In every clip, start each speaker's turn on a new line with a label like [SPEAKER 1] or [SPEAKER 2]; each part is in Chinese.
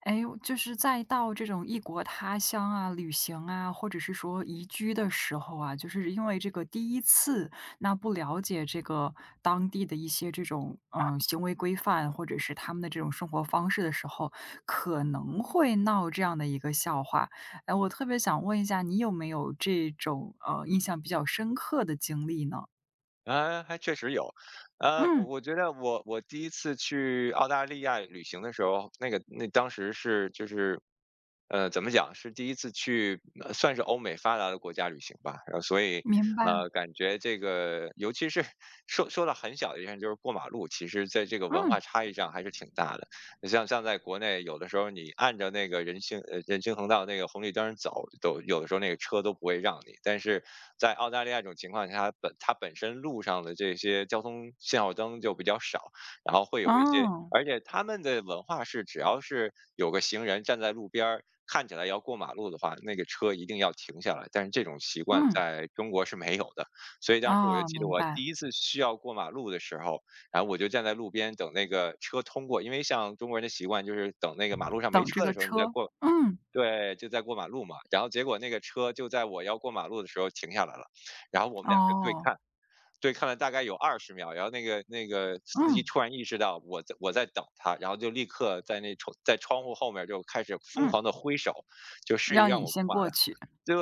[SPEAKER 1] 哎，就是再到这种异国他乡啊、旅行啊，或者是说移居的时候啊，就是因为这个第一次，那不了解这个当地的一些这种行为规范，或者是他们的这种生活方式的时候，可能会闹这样的一个笑话。哎，我特别想问一下，你有没有这种印象比较深刻的经历呢？
[SPEAKER 2] 啊，还确实有。我
[SPEAKER 1] 嗯，
[SPEAKER 2] 我觉得我第一次去澳大利亚旅行的时候，那当时是就是，怎么讲，是第一次去，算是欧美发达的国家旅行吧。然后所以，
[SPEAKER 1] 明白。
[SPEAKER 2] 感觉这个，尤其是 说到很小的一件事，就是过马路，其实在这个文化
[SPEAKER 1] 嗯，
[SPEAKER 2] 差异上还是挺大的。像在国内，有的时候你按着那个人行横道那个红绿灯儿走，都有的时候那个车都不会让你。但是在澳大利亚这种情况下，它本身路上的这些交通信号灯就比较少，然后会有一些，
[SPEAKER 1] 哦，
[SPEAKER 2] 而且他们的文化是，只要是有个行人站在路边儿，看起来要过马路的话，那个车一定要停下来。但是这种习惯
[SPEAKER 1] 嗯，
[SPEAKER 2] 在中国是没有的，所以当时我就
[SPEAKER 1] 哦，
[SPEAKER 2] 记得
[SPEAKER 1] 明
[SPEAKER 2] 我
[SPEAKER 1] 白。
[SPEAKER 2] 第一次需要过马路的时候，然后我就站在路边等那个车通过，因为像中国人的习惯就是等那个马路上没
[SPEAKER 1] 等这
[SPEAKER 2] 车的
[SPEAKER 1] 个
[SPEAKER 2] 时候，你再
[SPEAKER 1] 车，
[SPEAKER 2] 过，
[SPEAKER 1] 嗯。
[SPEAKER 2] 对，就在过马路嘛。然后结果那个车就在我要过马路的时候停下来了，然后我们俩就对
[SPEAKER 1] 哦，
[SPEAKER 2] 看，对看了大概有二十秒，然后那个司机
[SPEAKER 1] 嗯，
[SPEAKER 2] 突然意识到我在等他，然后就立刻在那窗在窗户后面就开始疯
[SPEAKER 1] 嗯，
[SPEAKER 2] 狂的挥手，就示意
[SPEAKER 1] 让
[SPEAKER 2] 让
[SPEAKER 1] 你
[SPEAKER 2] 我过
[SPEAKER 1] 先
[SPEAKER 2] 马路。
[SPEAKER 1] 过去，
[SPEAKER 2] 对，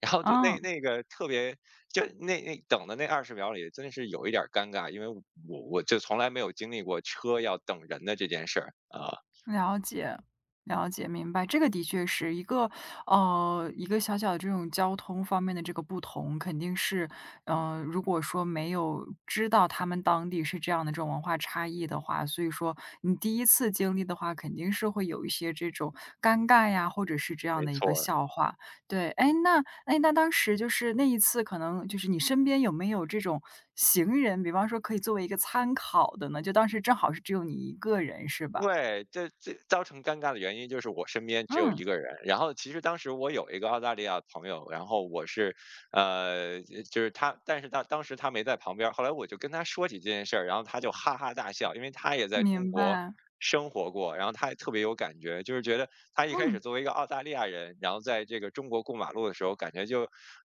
[SPEAKER 2] 然后就那
[SPEAKER 1] 嗯。
[SPEAKER 2] 那个特别，就那等的那二十秒里，真的是有一点儿尴尬，因为我就从来没有经历过车要等人的这件事儿，啊，
[SPEAKER 1] 了解，了解，明白，这个的确是一个，一个小小的这种交通方面的这个不同，肯定是，如果说没有知道他们当地是这样的这种文化差异的话，所以说你第一次经历的话，肯定是会有一些这种尴尬呀，或者是这样
[SPEAKER 2] 没
[SPEAKER 1] 的一个
[SPEAKER 2] 错
[SPEAKER 1] 笑话。对，哎，那，哎，那当时就是那一次，可能就是你身边有没有这种行人，比方说可以作为一个参考的呢？就当时正好是只有你一个人，是吧？
[SPEAKER 2] 对，这造成尴尬的原因就是我身边只有
[SPEAKER 1] 嗯。
[SPEAKER 2] 一个人。然后其实当时我有一个澳大利亚的朋友，然后我是，就是他，但是他当时他没在旁边儿。后来我就跟他说起这件事儿，然后他就哈哈大笑，因为他也在中
[SPEAKER 1] 明
[SPEAKER 2] 国
[SPEAKER 1] 白，
[SPEAKER 2] 生活过，然后他也特别有感觉，就是觉得他一开始
[SPEAKER 1] 嗯，
[SPEAKER 2] 作为一个澳大利亚人，然后在这个中国过马路的时候，感觉就，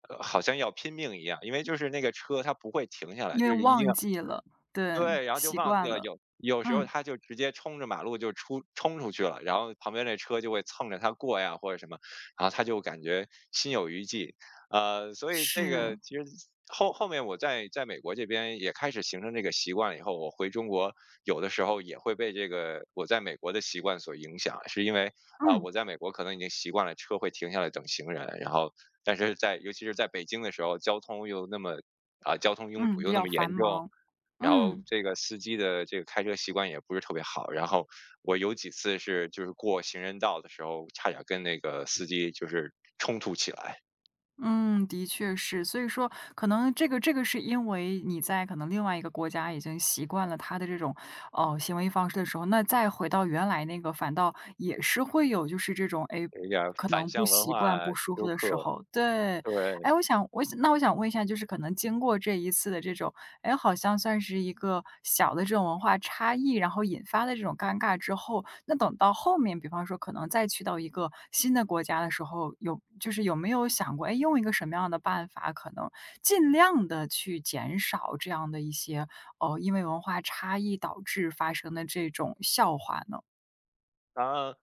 [SPEAKER 2] 好像要拼命一样，因为就是那个车它不会停下来，
[SPEAKER 1] 因为
[SPEAKER 2] 就是一定
[SPEAKER 1] 忘
[SPEAKER 2] 要。
[SPEAKER 1] 记了，对，
[SPEAKER 2] 对，然后就
[SPEAKER 1] 习
[SPEAKER 2] 忘记
[SPEAKER 1] 惯
[SPEAKER 2] 了，
[SPEAKER 1] 了，
[SPEAKER 2] 有时候
[SPEAKER 1] 嗯，
[SPEAKER 2] 他就直接冲着马路就冲出去了，然后旁边那车就会蹭着他过呀，或者什么，然后他就感觉心有余悸。所以这
[SPEAKER 1] 是，
[SPEAKER 2] 个其实后面我在美国这边也开始形成这个习惯了以后，我回中国有的时候也会被这个我在美国的习惯所影响，是因为
[SPEAKER 1] 嗯，
[SPEAKER 2] 我在美国可能已经习惯了车会停下来等行人，然后但是在尤其是在北京的时候，交通拥堵
[SPEAKER 1] 嗯，比
[SPEAKER 2] 又那
[SPEAKER 1] 较
[SPEAKER 2] 么
[SPEAKER 1] 繁
[SPEAKER 2] 严重，
[SPEAKER 1] 忙，
[SPEAKER 2] 然后
[SPEAKER 1] 嗯，
[SPEAKER 2] 这个司机的这个开车习惯也不是特别好，然后我有几次是就是过行人道的时候，差点跟那个司机就是冲突起来，
[SPEAKER 1] 嗯，的确是。所以说可能这个是因为你在可能另外一个国家已经习惯了他的这种哦，呃，行为方式的时候，那再回到原来那个反倒也是会有就是这种，哎，诶
[SPEAKER 2] 有一点儿
[SPEAKER 1] 可
[SPEAKER 2] 反
[SPEAKER 1] 能不
[SPEAKER 2] 向文
[SPEAKER 1] 习惯、
[SPEAKER 2] 化
[SPEAKER 1] 不舒服
[SPEAKER 2] 纠
[SPEAKER 1] 的时
[SPEAKER 2] 葛，
[SPEAKER 1] 候，对。
[SPEAKER 2] 对，
[SPEAKER 1] 哎，我想问一下，就是可能经过这一次的这种哎，好像算是一个小的这种文化差异，然后引发的这种尴尬之后，那等到后面，比方说可能再去到一个新的国家的时候，有就是有没有想过，哎，用一个什么样的办法，可能尽量的去减少这样的一些，哦，因为文化差异导致发生的这种笑话呢？
[SPEAKER 2] 啊。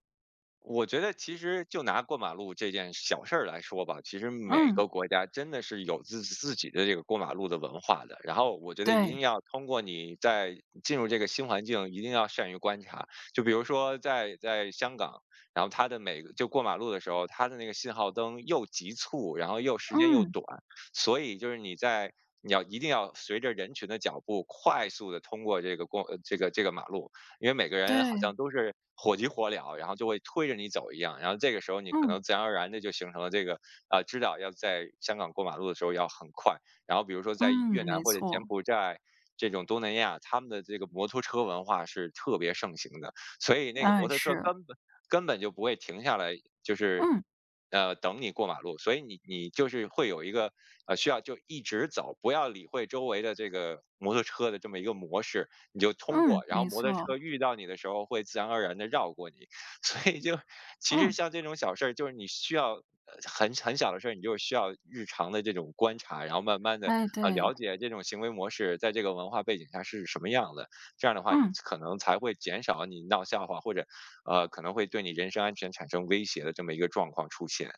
[SPEAKER 2] 我觉得其实就拿过马路这件小事儿来说吧，其实每
[SPEAKER 1] 嗯，
[SPEAKER 2] 个国家真的是有自己的这个过马路的文化的。然后我觉得一定
[SPEAKER 1] 对，
[SPEAKER 2] 要通过你在进入这个新环境，一定要善于观察。就比如说在香港，然后它的每个就过马路的时候，它的那个信号灯又急促，然后又时间又
[SPEAKER 1] 嗯，
[SPEAKER 2] 短，所以就是你在。你要一定要随着人群的脚步快速的通过这个这个马路，因为每个人好
[SPEAKER 1] 对，
[SPEAKER 2] 像都是火急火燎，然后就会推着你走一样。然后这个时候你可
[SPEAKER 1] 嗯，
[SPEAKER 2] 能自然而然的就形成了这个知道要在香港过马路的时候要很快。然后比如说在越
[SPEAKER 1] 嗯，
[SPEAKER 2] 南
[SPEAKER 1] 没
[SPEAKER 2] 或者柬
[SPEAKER 1] 错，
[SPEAKER 2] 埔寨这种东南亚，他们的这个摩托车文化是特别盛行的，所以那个摩
[SPEAKER 1] 哎，
[SPEAKER 2] 托车
[SPEAKER 1] 是，
[SPEAKER 2] 根本就不会停下来，就是
[SPEAKER 1] 嗯，
[SPEAKER 2] 等你过马路，所以你就是会有一个需要就一直走，不要理会周围的这个摩托车的这么一个模式，你就通
[SPEAKER 1] 嗯，
[SPEAKER 2] 过，然后
[SPEAKER 1] 没
[SPEAKER 2] 摩托
[SPEAKER 1] 错，
[SPEAKER 2] 车遇到你的时候会自然而然的绕过你，所以就其实
[SPEAKER 1] 嗯，
[SPEAKER 2] 像这种小事儿，就是你需要。很小的事儿，你就是需要日常的这种观察，然后慢慢的
[SPEAKER 1] 哎，对，
[SPEAKER 2] 了解这种行为模式在这个文化背景下是什么样的。这样的话，你
[SPEAKER 1] 嗯。
[SPEAKER 2] 可能才会减少你闹笑话或者可能会对你人身安全产生威胁的这么一个状况出现。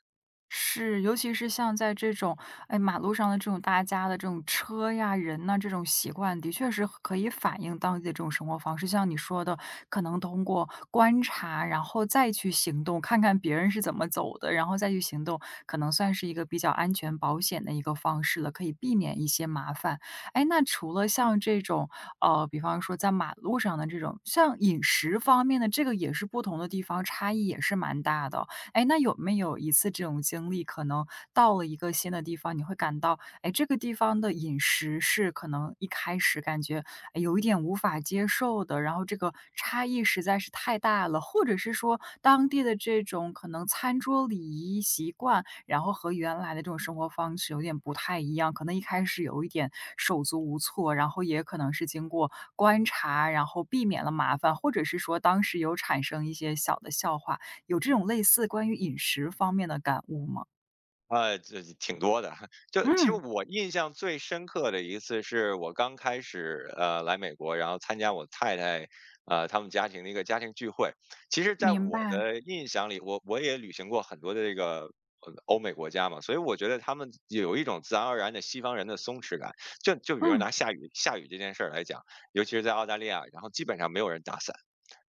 [SPEAKER 1] 是，尤其是像在这种，哎，马路上的这种大家的这种车呀、人呐，这种习惯，的确是可以反映当地的这种生活方式。像你说的，可能通过观察，然后再去行动，看看别人是怎么走的，然后再去行动，可能算是一个比较安全保险的一个方式了，可以避免一些麻烦。哎，那除了像这种，比方说在马路上的这种，像饮食方面的，这个也是不同的地方差异也是蛮大的。哎，那有没有一次这种经历，可能到了一个新的地方，你会感到，哎，这个地方的饮食是可能一开始感觉，哎有一点无法接受的，然后这个差异实在是太大了，或者是说当地的这种可能餐桌礼仪习惯，然后和原来的这种生活方式有点不太一样，可能一开始有一点手足无措，然后也可能是经过观察，然后避免了麻烦，或者是说当时有产生一些小的笑话。有这种类似关于饮食方面的感悟吗？
[SPEAKER 2] 这挺多的，就其实
[SPEAKER 1] 嗯，
[SPEAKER 2] 我印象最深刻的一次是我刚开始来美国，然后参加我太太他们家庭的一个家庭聚会。其实，在
[SPEAKER 1] 明
[SPEAKER 2] 我
[SPEAKER 1] 白。
[SPEAKER 2] 的印象里，我也旅行过很多的这个欧美国家嘛，所以我觉得他们有一种自然而然的西方人的松弛感。就比如
[SPEAKER 1] 嗯，
[SPEAKER 2] 拿下雨这件事儿来讲，尤其是在澳大利亚，然后基本上没有人打伞。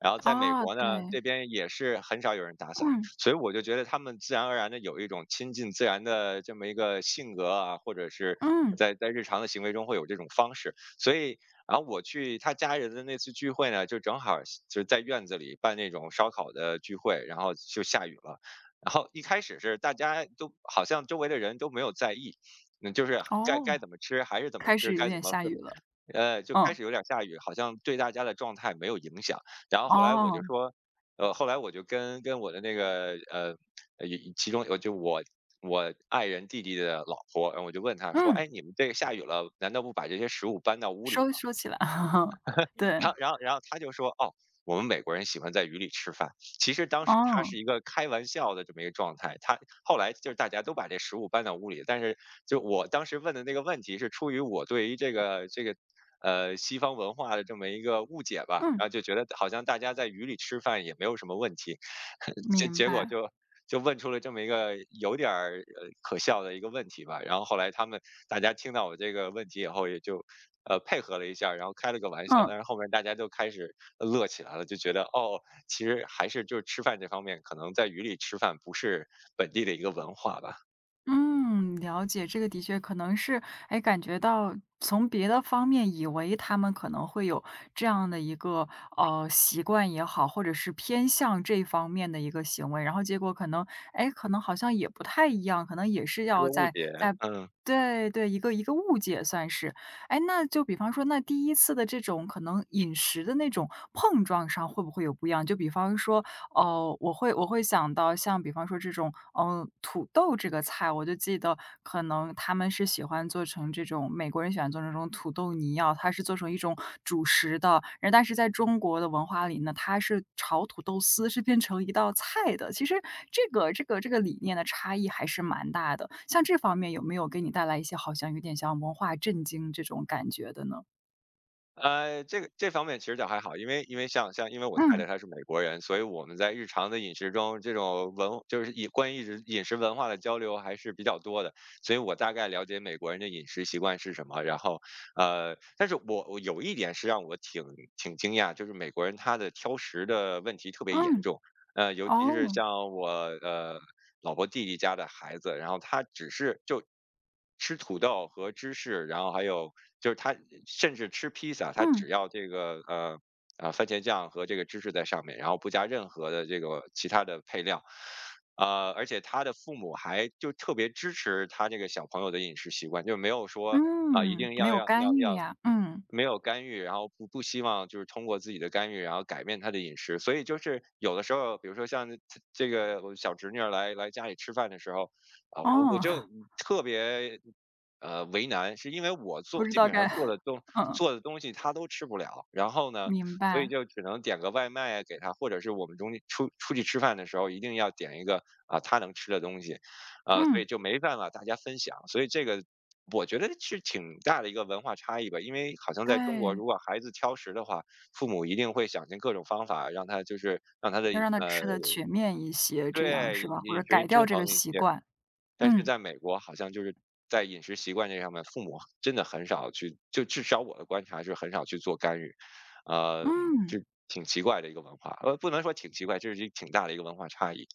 [SPEAKER 2] 然后在美
[SPEAKER 1] 哦，
[SPEAKER 2] 国呢，
[SPEAKER 1] 对，
[SPEAKER 2] 这边也是很少有人打伞，
[SPEAKER 1] 嗯，
[SPEAKER 2] 所以我就觉得他们自然而然的有一种亲近自然的这么一个性格啊，或者是
[SPEAKER 1] 嗯，
[SPEAKER 2] 在日常的行为中会有这种方式。所以，然后我去他家人的那次聚会呢，就正好是就是在院子里办那种烧烤的聚会，然后就下雨了。然后一开始是大家都好像周围的人都没有在意，就是该
[SPEAKER 1] 哦。
[SPEAKER 2] 怎么吃还是怎么
[SPEAKER 1] 开
[SPEAKER 2] 吃，
[SPEAKER 1] 始有
[SPEAKER 2] 该怎
[SPEAKER 1] 点
[SPEAKER 2] 么
[SPEAKER 1] 下
[SPEAKER 2] 喝，
[SPEAKER 1] 雨了，
[SPEAKER 2] 就开
[SPEAKER 1] 嗯，
[SPEAKER 2] 始有点下雨，好像对大家的状态没有影响。然后后来我就
[SPEAKER 1] 哦，
[SPEAKER 2] 说，后来我就跟我的那个呃，呃一其中我就我我爱人弟弟的老婆，然后我就问她说，
[SPEAKER 1] 嗯，
[SPEAKER 2] 哎，你们这个下雨了，难道不把这些食物搬到屋里，
[SPEAKER 1] 收起来，对，
[SPEAKER 2] 然后他就说："哦，我们美国人喜欢在雨里吃饭。"其实当时他是
[SPEAKER 1] 哦，
[SPEAKER 2] 一个开玩笑的这么一个状态，他后来就是大家都把这食物搬到屋里，但是就我当时问的那个问题是出于我对于这个。西方文化的这么一个误解吧，
[SPEAKER 1] 嗯，
[SPEAKER 2] 然后就觉得好像大家在雨里吃饭也没有什么问题，结
[SPEAKER 1] 明
[SPEAKER 2] 结果
[SPEAKER 1] 白，
[SPEAKER 2] 就问出了这么一个有点儿可笑的一个问题吧。然后后来他们大家听到我这个问题以后，也就配合了一下儿然后开了个玩笑，
[SPEAKER 1] 嗯。
[SPEAKER 2] 但是后面大家就开始乐起来了，就觉得哦，其实还是就是吃饭这方面，可能在雨里吃饭不是本地的一个文化吧，
[SPEAKER 1] 嗯，了解，这个的确可能是，哎，感觉到从别的方面以为他们可能会有这样的一个习惯也好，或者是偏向这方面的一个行为，然后结果可能，哎，可能好像也不太一样，可能也是
[SPEAKER 2] 这
[SPEAKER 1] 要
[SPEAKER 2] 个误
[SPEAKER 1] 在
[SPEAKER 2] 解，
[SPEAKER 1] 在。
[SPEAKER 2] 嗯。
[SPEAKER 1] 对对，一个一个误解算是，哎，那就比方说，那第一次的这种可能饮食的那种碰撞上会不会有不一样？就比方说，哦，我会想到像比方说这种，嗯，土豆这个菜，我就记得可能他们是喜欢做成这种美国人喜欢做成这种土豆泥啊，它是做成一种主食的。然后但是在中国的文化里呢，它是炒土豆丝，是变成一道菜的。其实这个理念的差异还是蛮大的。像这方面有没有给你带来一些好像有点像文化震惊这种感觉的呢？
[SPEAKER 2] 这个这方面其实倒还好，因为我太太
[SPEAKER 1] 嗯，
[SPEAKER 2] 她是美国人，所以我们在日常的饮食中，这种文就是饮关于饮食文化的交流还是比较多的，所以我大概了解美国人的饮食习惯是什么。然后，但是我有一点是让我挺挺惊讶，就是美国人他的挑食的问题特别严
[SPEAKER 1] 嗯，
[SPEAKER 2] 重，尤其是
[SPEAKER 1] 哦，
[SPEAKER 2] 像我呃老婆弟弟家的孩子，然后他只是就吃土豆和芝士，然后还有就是他甚至吃披萨，他
[SPEAKER 1] 嗯，
[SPEAKER 2] 只要这个番茄酱和这个芝士在上面，然后不加任何的这个其他的配料。而且他的父母还就特别支持他这个小朋友的饮食习惯，就没有说啊、一
[SPEAKER 1] 嗯，
[SPEAKER 2] 定
[SPEAKER 1] 没
[SPEAKER 2] 要
[SPEAKER 1] 有干预呀，嗯。
[SPEAKER 2] 没有干预，然后不希望就是通过自己的干预，然后改变他的饮食。所以就是有的时候，比如说像这个我小侄女儿来家里吃饭的时候，啊，我
[SPEAKER 1] 哦，
[SPEAKER 2] 就 特别为难，是因为我
[SPEAKER 1] 不
[SPEAKER 2] 做
[SPEAKER 1] 知
[SPEAKER 2] 基
[SPEAKER 1] 道
[SPEAKER 2] 本上
[SPEAKER 1] 该
[SPEAKER 2] 做的东
[SPEAKER 1] 嗯，
[SPEAKER 2] 做的东西她都吃不了，然后呢，
[SPEAKER 1] 明
[SPEAKER 2] 所以
[SPEAKER 1] 白。
[SPEAKER 2] 就只能点个外卖啊给她，或者是我们中间出去吃饭的时候一定要点一个啊她能吃的东西，啊，所以
[SPEAKER 1] 嗯，
[SPEAKER 2] 就没办法大家分享，所以这个我觉得是挺大的一个文化差异吧，因为好像在中国，
[SPEAKER 1] 对，
[SPEAKER 2] 如果孩子挑食的话，父母一定会想尽各种方法让他就是让他的
[SPEAKER 1] 要让他
[SPEAKER 2] 呃，
[SPEAKER 1] 吃的全面一些，这样
[SPEAKER 2] 对，
[SPEAKER 1] 是吧？或
[SPEAKER 2] 饮
[SPEAKER 1] 者
[SPEAKER 2] 食
[SPEAKER 1] 改掉
[SPEAKER 2] 均
[SPEAKER 1] 这
[SPEAKER 2] 衡
[SPEAKER 1] 个
[SPEAKER 2] 一
[SPEAKER 1] 习
[SPEAKER 2] 些。
[SPEAKER 1] 惯。
[SPEAKER 2] 但是
[SPEAKER 1] 嗯，
[SPEAKER 2] 在美国，好像就是在饮食习惯这上面，父母真的很少去，就至少我的观察是很少去做干预，呃，
[SPEAKER 1] 嗯。
[SPEAKER 2] 就挺奇怪的一个文化，呃，不能说挺奇怪，这是一挺大的一个文化差异。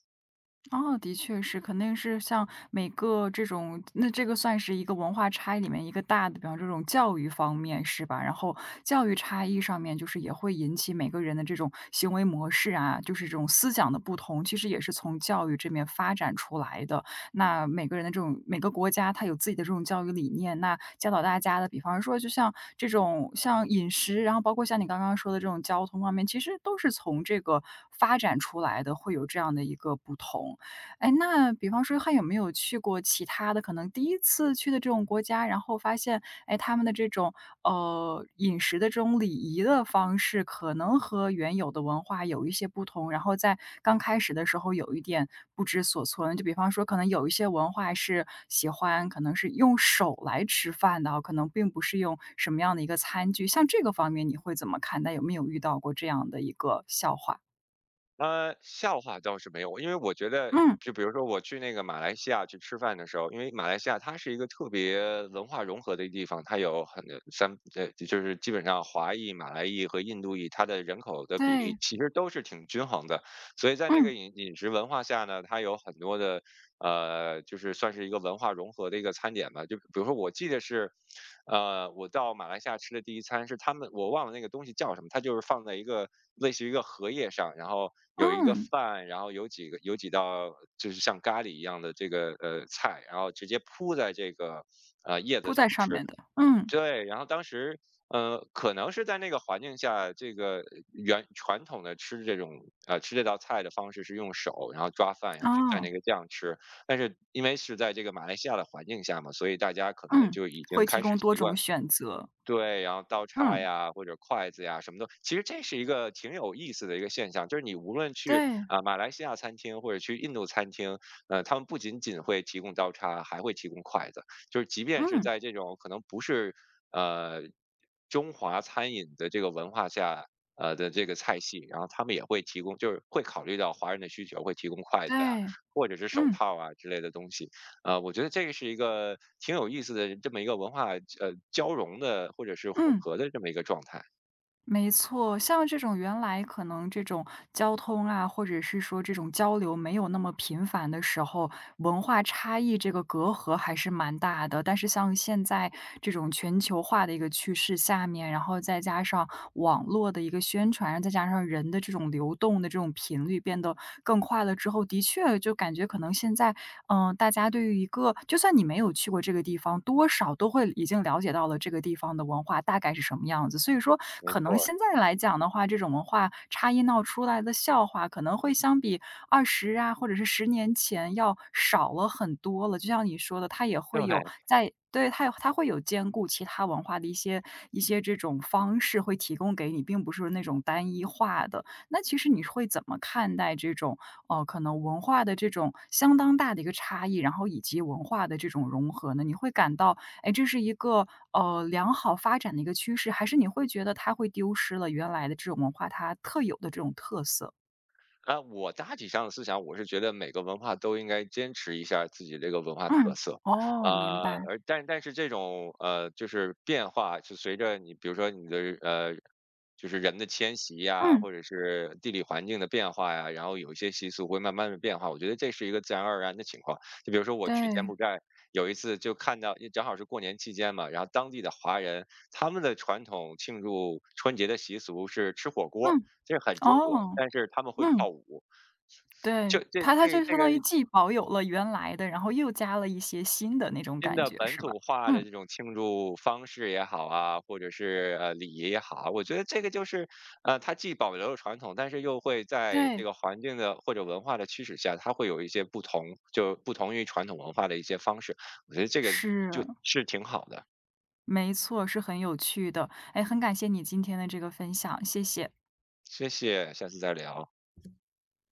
[SPEAKER 1] 哦，的确是，肯定是像每个这种那这个算是一个文化差异里面一个大的，比方这种教育方面是吧？然后教育差异上面，就是也会引起每个人的这种行为模式啊，就是这种思想的不同，其实也是从教育这面发展出来的。那每个人的这种每个国家，它有自己的这种教育理念，那教导大家的，比方说就像这种像饮食，然后包括像你刚刚说的这种交通方面，其实都是从这个发展出来的，会有这样的一个不同。哎，那比方说还有没有去过其他的，可能第一次去的这种国家，然后发现，哎，他们的这种，饮食的这种礼仪的方式，可能和原有的文化有一些不同，然后在刚开始的时候有一点不知所措呢就比方说，可能有一些文化是喜欢，可能是用手来吃饭的啊，可能并不是用什么样的一个餐具，像这个方面你会怎么看待？有没有遇到过这样的一个笑话？
[SPEAKER 2] 笑话倒是没有，因为我觉得
[SPEAKER 1] 嗯，
[SPEAKER 2] 就比如说我去那个马来西亚去吃饭的时候，因为马来西亚它是一个特别文化融合的地方，它有很三就是基本上华裔、马来裔和印度裔，它的人口的比例
[SPEAKER 1] 对，
[SPEAKER 2] 其实都是挺均衡的，所以在那个
[SPEAKER 1] 嗯
[SPEAKER 2] 饮食文化下呢，它有很多的就是算是一个文化融合的一个餐点吧。就比如说，我记得是，我到马来西亚吃的第一餐是他们，我忘了那个东西叫什么，它就是放在一个类似于一个荷叶上，然后有一个
[SPEAKER 1] 嗯。
[SPEAKER 2] 饭，然后有几道就是像咖喱一样的这个菜，然后直接铺在这个叶子
[SPEAKER 1] 铺
[SPEAKER 2] 上
[SPEAKER 1] 在上
[SPEAKER 2] 吃。
[SPEAKER 1] 面的，嗯，
[SPEAKER 2] 对，然后当时，可能是在那个环境下，这个原传统的吃这种吃这道菜的方式是用手，然后抓饭，然后去蘸
[SPEAKER 1] 哦，
[SPEAKER 2] 那个酱吃。但是因为是在这个马来西亚的环境下嘛，所以大家可能
[SPEAKER 1] 嗯，
[SPEAKER 2] 就已经
[SPEAKER 1] 会提
[SPEAKER 2] 开始
[SPEAKER 1] 供多
[SPEAKER 2] 习惯
[SPEAKER 1] 种选择，
[SPEAKER 2] 对，然后刀叉
[SPEAKER 1] 嗯，
[SPEAKER 2] 呀，或者筷子呀，什么都，其实这是一个挺有意思的一个现象，就是你无论去
[SPEAKER 1] 对，
[SPEAKER 2] 啊、马来西亚餐厅或者去印度餐厅，他们不仅仅会提供刀叉，还会提供筷子，就是即便是
[SPEAKER 1] 嗯，
[SPEAKER 2] 在这种可能不是呃中华餐饮的这个文化下。的这个菜系，然后他们也会提供，就是会考虑到华人的需求，会提供筷
[SPEAKER 1] 对，
[SPEAKER 2] 子呀，或者是手
[SPEAKER 1] 嗯，
[SPEAKER 2] 套啊之类的东西。啊，我觉得这个是一个挺有意思的这么一个文化，交融的或者是混
[SPEAKER 1] 嗯，
[SPEAKER 2] 合的这么一个状态，
[SPEAKER 1] 没错。像这种原来可能这种交通啊，或者是说这种交流没有那么频繁的时候，文化差异这个隔阂还是蛮大的。但是像现在这种全球化的一个趋势下面，然后再加上网络的一个宣传，再加上人的这种流动的这种频率变得更快了之后，的确就感觉可能现在，嗯，大家对于一个就算你没有去过这个地方，多少都会已经了解到了这个地方的文化大概是什么样子。所以说，
[SPEAKER 2] 没
[SPEAKER 1] 可
[SPEAKER 2] 错
[SPEAKER 1] 能
[SPEAKER 2] 儿，
[SPEAKER 1] 现在来讲的话，这种文化差异闹出来的笑话，可能会相比20啊，或者是10年前要少了很多了。就像你说的，它也会有
[SPEAKER 2] 对。
[SPEAKER 1] 在对，它有它会有兼顾其他文化的一些一些这种方式会提供给你，并不是那种单一化的。那其实你会怎么看待这种，可能文化的这种相当大的一个差异，然后以及文化的这种融合呢？你会感到，哎，这是一个，良好发展的一个趋势，还是你会觉得它会丢失了原来的这种文化它特有的这种特色？
[SPEAKER 2] 啊，我大体上的思想，我是觉得每个文化都应该坚持一下自己这个文化特
[SPEAKER 1] 嗯，
[SPEAKER 2] 色，
[SPEAKER 1] 哦，明
[SPEAKER 2] 啊、
[SPEAKER 1] 白。
[SPEAKER 2] 而但是这种就是变化，就随着你，比如说你的就是人的迁徙呀，
[SPEAKER 1] 嗯，
[SPEAKER 2] 或者是地理环境的变化呀，然后有一些习俗会慢慢的变化，我觉得这是一个自然而然的情况。就比如说我去柬
[SPEAKER 1] 对，
[SPEAKER 2] 埔寨有一次就看到，因为正好是过年期间嘛，然后当地的华人他们的传统庆祝春节的习俗是吃火锅，
[SPEAKER 1] 嗯，
[SPEAKER 2] 这很中国，
[SPEAKER 1] 哦，
[SPEAKER 2] 但是他们会
[SPEAKER 1] 嗯，
[SPEAKER 2] 跳舞。就
[SPEAKER 1] 对，
[SPEAKER 2] 这
[SPEAKER 1] 它
[SPEAKER 2] 这
[SPEAKER 1] 就
[SPEAKER 2] 这
[SPEAKER 1] 相
[SPEAKER 2] 个
[SPEAKER 1] 当于既保有了原来的，然后又加了一些新的那种
[SPEAKER 2] 新
[SPEAKER 1] 感
[SPEAKER 2] 的
[SPEAKER 1] 觉，
[SPEAKER 2] 本
[SPEAKER 1] 是吧？
[SPEAKER 2] 土化的
[SPEAKER 1] 嗯，
[SPEAKER 2] 这种庆祝方式也好啊，或者是，礼仪也好啊，我觉得这个就是，它既保留了传统，但是又会在这
[SPEAKER 1] 对，
[SPEAKER 2] 个环境的或者文化的驱使下，它会有一些不同就不同于传统文化的一些方式，我觉得这个
[SPEAKER 1] 是。
[SPEAKER 2] 就是挺好的，
[SPEAKER 1] 没错，是很有趣的。哎，很感谢你今天的这个分享，谢谢。
[SPEAKER 2] 谢谢，下次再聊。